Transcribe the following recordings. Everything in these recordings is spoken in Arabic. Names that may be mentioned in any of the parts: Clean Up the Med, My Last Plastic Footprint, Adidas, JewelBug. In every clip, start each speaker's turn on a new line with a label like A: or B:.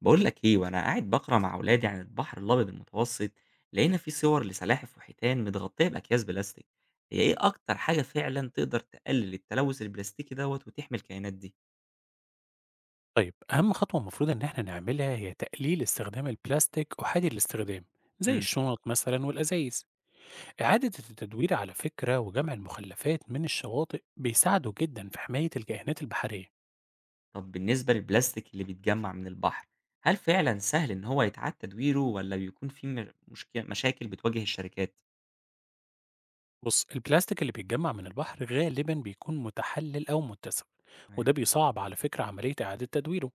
A: بقول لك ايه وانا قاعد بقرا مع اولادي عن البحر الابيض المتوسط. لقينا فيه صور لسلاحف وحيتان متغطيه باكياس بلاستيك. هي ايه اكتر حاجه فعلا تقدر تقلل التلوث البلاستيكي دوت وتحمي الكائنات دي؟
B: طيب أهم خطوة المفروض إن إحنا نعملها هي تقليل استخدام البلاستيك أحادي الاستخدام زي
A: مم.
B: الشنط مثلا والأزايز.
A: صح.
B: إعادة التدوير على فكرة وجمع المخلفات من الشواطئ بيساعدوا جدا في حماية الكائنات البحرية.
A: طب بالنسبه للبلاستيك اللي بيتجمع من البحر، هل فعلا سهل ان هو يتعاد تدويره ولا بيكون في مشاكل بتواجه الشركات؟
B: بص، البلاستيك اللي بيتجمع من البحر غالبا بيكون متحلل أو متسف، وده
A: تمام.
B: بيصعب على فكرة عملية إعادة تدويره.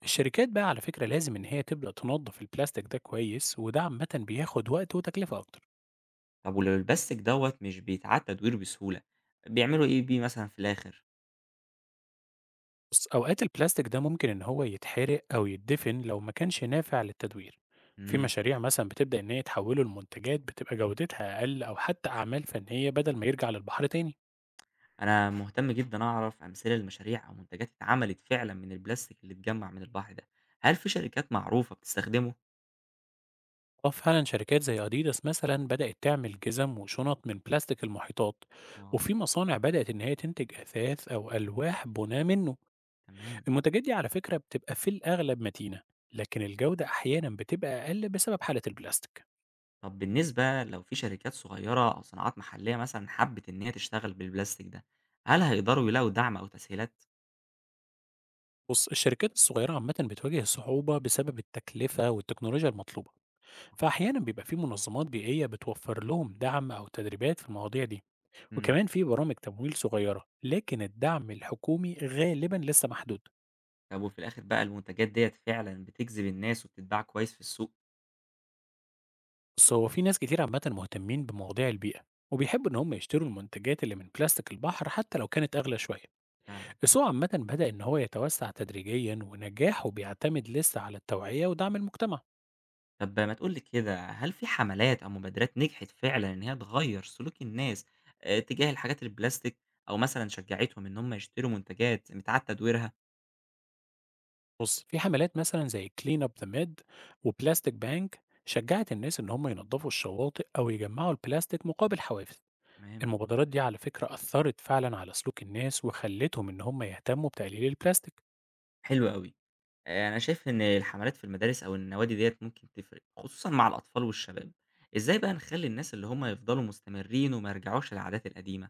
A: صح.
B: الشركات بقى على فكرة لازم إن هي تبدأ تنظف البلاستيك ده كويس، وده عامة بياخد وقت وتكلفة أكتر.
A: طب ولو البلاستيك دوت مش بيتعاد تدويره بسهوله، بيعملوا ايه بيه مثلا في الاخر؟
B: بُص، أوقات البلاستيك ده ممكن إن هو يتحرق أو يتدفن لو ما كانش نافع للتدوير. في
A: مم.
B: مشاريع مثلًا بتبدأ إن هي تحوّله لمنتجات بتبقى جودتها أقل أو حتى أعمال فنية بدل ما يرجع للبحر تاني.
A: أنا مهتم جدًا أعرف أمثلة لمشاريع أو منتجات اتعملت فعلًا من البلاستيك اللي اتجمّع من البحر ده، هل في شركات معروفة بتستخدمه؟
B: آه فعلًا، شركات زي أديداس مثلًا بدأت تعمل جزم وشنط من بلاستيك المحيطات،
A: واو!
B: وفي مصانع بدأت إن هي تنتج أثاث أو ألواح بُناة منه.
A: تمام.
B: المنتجات دي على فكرة بتبقى في الأغلب متينة، لكن الجودة أحيانًا بتبقى أقل بسبب حالة البلاستيك.
A: طب بالنسبة لو في شركات صغيرة أو صناعات محلية مثلًا حبِّت إن هي تشتغل بالبلاستيك ده، هل هيقدروا يلاقوا دعم أو تسهيلات؟
B: بص، الشركات الصغيرة عامة بتواجه صعوبة بسبب التكلفة والتكنولوجيا المطلوبة، فأحيانا بيبقى في منظمات بيئية بتوفر لهم دعم أو تدريبات في المواضيع دي،
A: إمم.
B: وكمان في برامج تمويل صغيرة، لكن الدعم الحكومي غالبا لسه محدود.
A: طب وفي الآخر بقى المنتجات ديّة فعلًا بتجذب الناس وبتتباع كويس في السوق؟
B: بس هو في ناس كتير عامة مهتمين بمواضيع البيئة وبيحبوا إن هم يشتروا المنتجات اللي من بلاستيك البحر حتى لو كانت أغلى شوية.
A: فعلًا.
B: السوق عامة بدأ إن هو يتوسع تدريجيا، ونجاحه بيعتمد لسه على التوعية ودعم المجتمع.
A: طب ما تقول لي كده، هل في حملات أو مبادرات نجحت فعلًا إن هي تغيّر سلوك الناس تجاه الحاجات البلاستيك، أو مثلًا شجّعتهم إن هم يشتروا منتجات متعاد تدويرها؟
B: بص، في حملات مثلا زي كلين اب ذا ميد وبلاستيك بانك شجعت الناس ان هم ينظفوا الشواطئ او يجمعوا البلاستيك مقابل حوافز.
A: تمام.
B: المبادرات دي على فكرة أثرت فعلا على سلوك الناس وخلتهم إن هم يهتموا بتقليل البلاستيك.
A: حلو أوي. أنا شايف إن الحملات في المدارس أو النوادي ديّة ممكن تفرق، خصوصًا مع الأطفال والشباب. إزاي بقى نخلّي الناس اللي هم يفضلوا مستمرين وما يرجعوش للعادات القديمة؟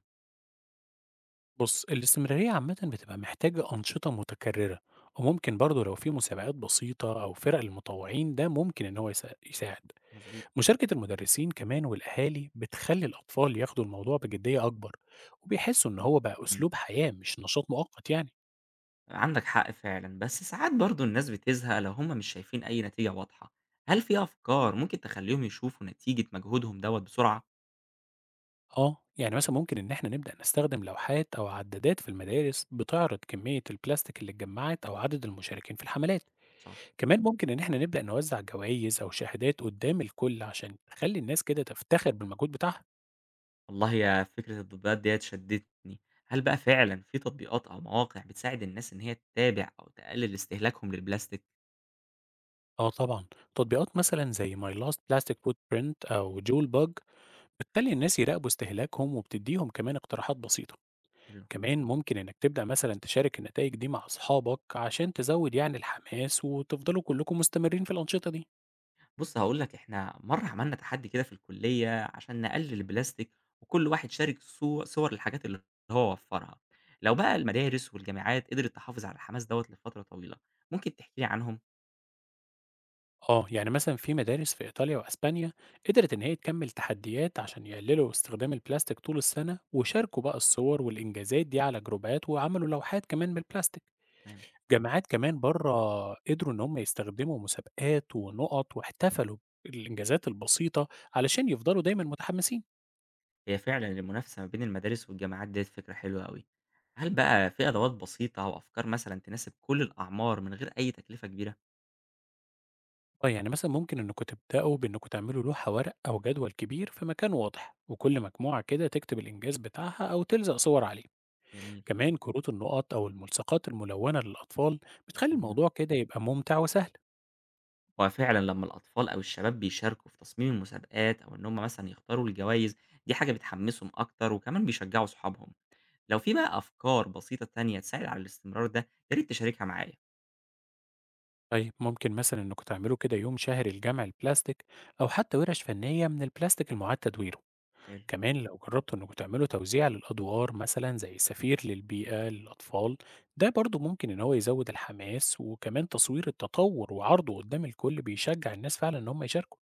B: بص، الاستمرارية عامة بتبقى محتاجة أنشطة متكررة، وممكن برضه لو في مسابقات بسيطة أو فرق المطوعين ده ممكن إن هو يساعد.
A: مضبوط.
B: مشاركة المدرسين كمان والأهالي بتخلي الأطفال ياخدوا الموضوع بجدية أكبر وبيحسوا إن هو بقى
A: إمم.
B: أسلوب حياة مش نشاط مؤقت يعني.
A: عندك حق فعلا، بس ساعات برضو الناس بتزهق لو هم مش شايفين أي نتيجة واضحة. هل في أفكار ممكن تخليهم يشوفوا نتيجة مجهودهم دوت بسرعة؟
B: آه، يعني مثلًا ممكن إن إحنا نبدأ نستخدم لوحات أو عدادات في المدارس بتعرض كمية البلاستيك اللي اتجمعت أو عدد المشاركين في الحملات،
A: صح.
B: كمان ممكن إن إحنا نبدأ نوزع جوائز أو شهادات قدام الكل عشان تخلّي الناس كده تفتخر بالمجهود بتاعها.
A: والله يا فكرة التطبيقات ديت شدتني. هل بقى فعلا في تطبيقات أو مواقع بتساعد الناس إن هي تتابع أو تقلل استهلاكهم للبلاستيك؟
B: آه طبعًا، تطبيقات مثلًا زي My Last Plastic Footprint أو JewelBug بتخلّي الناس يراقبوا استهلاكهم وبتديهم كمان اقتراحات بسيطة.
A: حلو.
B: كمان ممكن إنك تبدأ مثلًا تشارك النتايج دي مع أصحابك عشان تزود يعني الحماس وتفضلوا كلكم مستمرين في الأنشطة دي.
A: بُص هاقول لك إحنا مرّة عملنا تحدّي كده في الكُلّية عشان نقلِّل البلاستيك، وكل واحد شارك صور للحاجات اللي هو وفّرها. لو بقى المدارس والجامعات قدرت تحافظ على الحماس دوّة لفترة طويلة، ممكن تحكي لي عنهم؟
B: آه، يعني مثلًا في مدارس في إيطاليا وأسبانيا قدرت إن هي تكمّل تحديات عشان يقللوا استخدام البلاستيك طول السنة، وشاركوا بقى الصور والإنجازات دي على جروبات، وعملوا لوحات كمان بالبلاستيك.
A: تمام.
B: جامعات كمان برّه قدروا إن هم يستخدموا مسابقات ونُقط، واحتفلوا بالإنجازات البسيطة علشان يفضلوا دايمًا متحمسين.
A: هي فعلًا المنافسة ما بين المدارس والجامعات ديّة فكرة حلوة أوي. هل بقى في أدوات بسيطة أو أفكار مثلًا تناسب كل الأعمار من غير أي تكلفة كبيرة؟
B: آه، يعني مثلًا ممكن إنكم تبدأوا بإنكم تعملوا لوحة ورق أو جدول كبير في مكان واضح، وكل مجموعة كده تكتب الإنجاز بتاعها أو تلزق صور عليه.
A: جميل.
B: كمان كروت النقط أو الملصقات الملونة للأطفال بتخلي
A: إمم.
B: الموضوع كده يبقى ممتع وسهل.
A: هو فعلًا لمّا الأطفال أو الشباب بيشاركوا في تصميم المسابقات أو إن هم مثلًا يختاروا الجوايز، دي حاجة بتحمّسهم أكتر وكمان بيشجعوا صحابهم. لو في بقى أفكار بسيطة تانية تساعد على الاستمرار ده، يا ريت تشاركها معايا.
B: طيب ممكن مثلا إنكم تعملوا كده يوم شهري لجمع البلاستيك أو حتى ورش فنية من البلاستيك المعاد تدويره.
A: حلو.
B: كمان لو جربتوا إنكم تعملوا توزيع للأدوار مثلا زي سفير للبيئة للأطفال، ده برضو ممكن إن هو يزود الحماس، وكمان تصوير التطور وعرضه قدام الكل بيشجع الناس فعلا إن هم يشاركوا.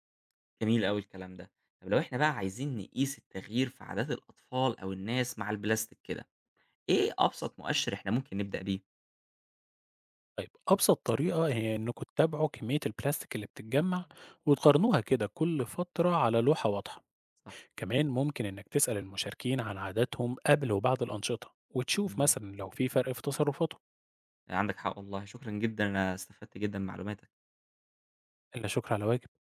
A: جميل أوي الكلام ده. طب لو إحنا بقى عايزين نقيس التغيير في عادات الأطفال أو الناس مع البلاستيك كده، إيه أبسط مؤشر إحنا ممكن نبدأ بيه؟
B: طيب، أبسط طريقة هي إنكم تتابعوا كمية البلاستيك اللي بتتجمع وتقارنوها كده كل فترة على لوحة واضحة،
A: صح.
B: كمان ممكن إنك تسأل المشاركين عن عاداتهم قبل وبعد الأنشطة وتشوف
A: إمم.
B: مثلا لو في فرق في تصرفاتهم.
A: عندك حق والله، شكرًا جدًا، أنا استفدت جدًا من معلوماتك.
B: إلا شكر على واجب.